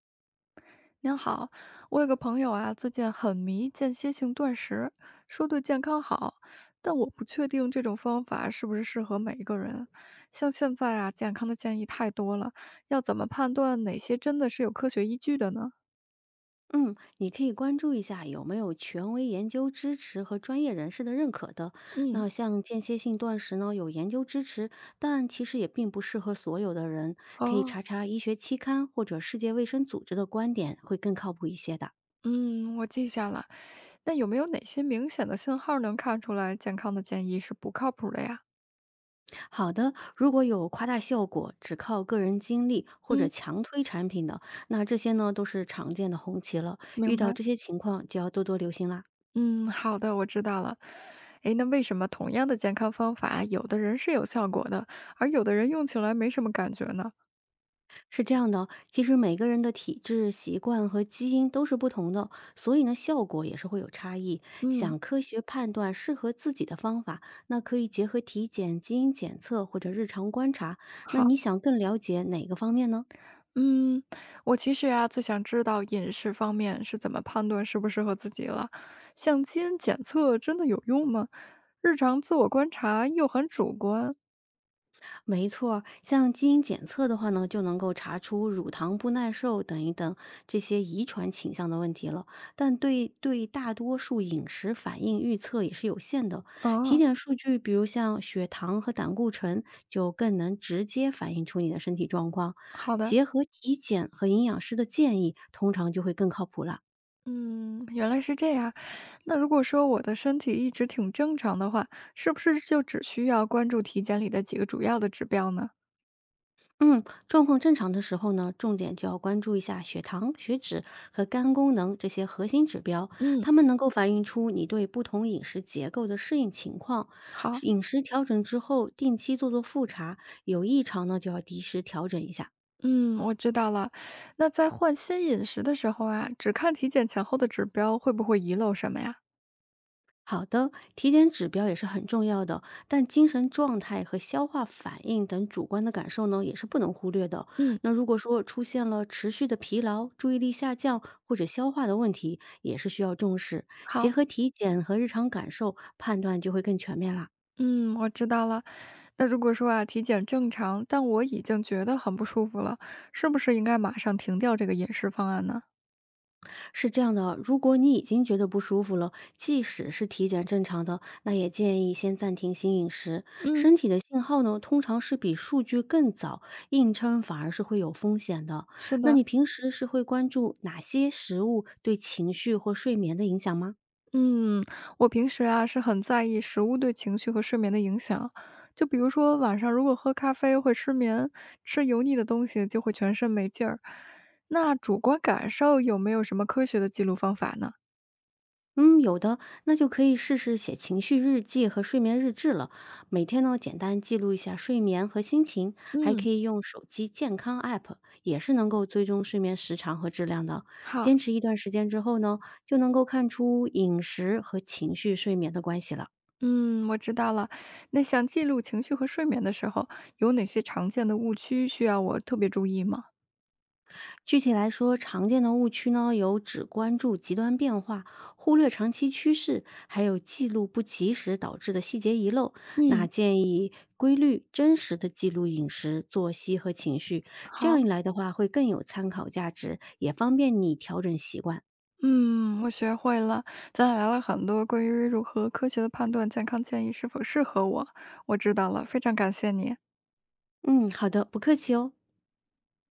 您好，我有个朋友啊，最近很迷间歇性断食，说对健康好，但我不确定这种方法是不是适合每一个人。像现在啊，健康的建议太多了，要怎么判断哪些真的是有科学依据的呢？嗯，你可以关注一下有没有权威研究支持和专业人士的认可的。嗯。那像间歇性断食呢，有研究支持，但其实也并不适合所有的人。可以哦。查查医学期刊或者世界卫生组织的观点，会更靠谱一些的。嗯，我记下了。那有没有哪些明显的信号能看出来健康的建议是不靠谱的呀？好的，如果有夸大效果，只靠个人经历或者嗯，强推产品的，那这些呢都是常见的红旗了。遇明到白。这些情况就要多多留心啦。嗯，好的，我知道了。诶，那为什么同样的健康方法，有的人是有效果的，而有的人用起来没什么感觉呢？是这样的，其实每个人的体质、习惯和基因都是不同的，所以呢，效果也是会有差异。嗯。想科学判断适合自己的方法，那可以结合体检、基因检测或者日常观察。那好。你想更了解哪个方面呢？嗯，我其实呀最想知道饮食方面是怎么判断适不适合自己了。像基因检测真的有用吗？日常自我观察又很主观。没错儿像基因检测的话呢，就能够查出乳糖不耐受等一等这些遗传倾向的问题了。但对大多数饮食反应预测也是有限的。体哦。检数据，比如像血糖和胆固醇，就更能直接反映出你的身体状况。好的。结合体检和营养师的建议，通常就会更靠谱了。嗯，原来是这样。那如果说我的身体一直挺正常的话，是不是就只需要关注体检里的几个主要的指标呢？嗯，状况正常的时候呢，重点就要关注一下血糖、血脂和肝功能这些核心指标，嗯。它们能够反映出你对不同饮食结构的适应情况。好。饮食调整之后，定期做做复查，有异常呢就要及时调整一下。嗯，我知道了。那在换新饮食的时候啊，只看体检前后的指标，会不会遗漏什么呀？好的，体检指标也是很重要的，但精神状态和消化反应等主观的感受呢，也是不能忽略的。嗯。那如果说出现了持续的疲劳、注意力下降或者消化的问题，也是需要重视。结好。合体检和日常感受，判断就会更全面啦。嗯，我知道了。那如果说啊，体检正常，但我已经觉得很不舒服了，是不是应该马上停掉这个饮食方案呢？是这样的，如果你已经觉得不舒服了，即使是体检正常的，那也建议先暂停新饮食。嗯，身体的信号呢，通常是比数据更早，硬撑反而是会有风险的。是那的。你平时是会关注哪些食物对情绪或睡眠的影响吗？嗯，我平时啊是很在意食物对情绪和睡眠的影响。就比如说晚上如果喝咖啡会失眠，吃油腻的东西就会全身没劲儿。那主观感受有没有什么科学的记录方法呢？嗯，有的，那就可以试试写情绪日记和睡眠日志了。每天呢，简单记录一下睡眠和心情，还可嗯。以用手机健康 App，也是能够追踪睡眠时长和质量的。好。坚持一段时间之后呢，就能够看出饮食和情绪睡眠的关系了。嗯，我知道了。那想记录情绪和睡眠的时候，有哪些常见的误区需要我特别注意吗？具体来说，常见的误区呢有只关注极端变化，忽略长期趋势，还有记录不及时导致的细节遗漏。那嗯，建议规律、真实的记录饮食、作息和情绪，这好。样一来的话会更有参考价值，也方便你调整习惯。嗯，我学会了。咱俩聊了很多关于如何科学的判断健康建议是否适合我，我知道了，非常感谢你。嗯，好的，不客气哦。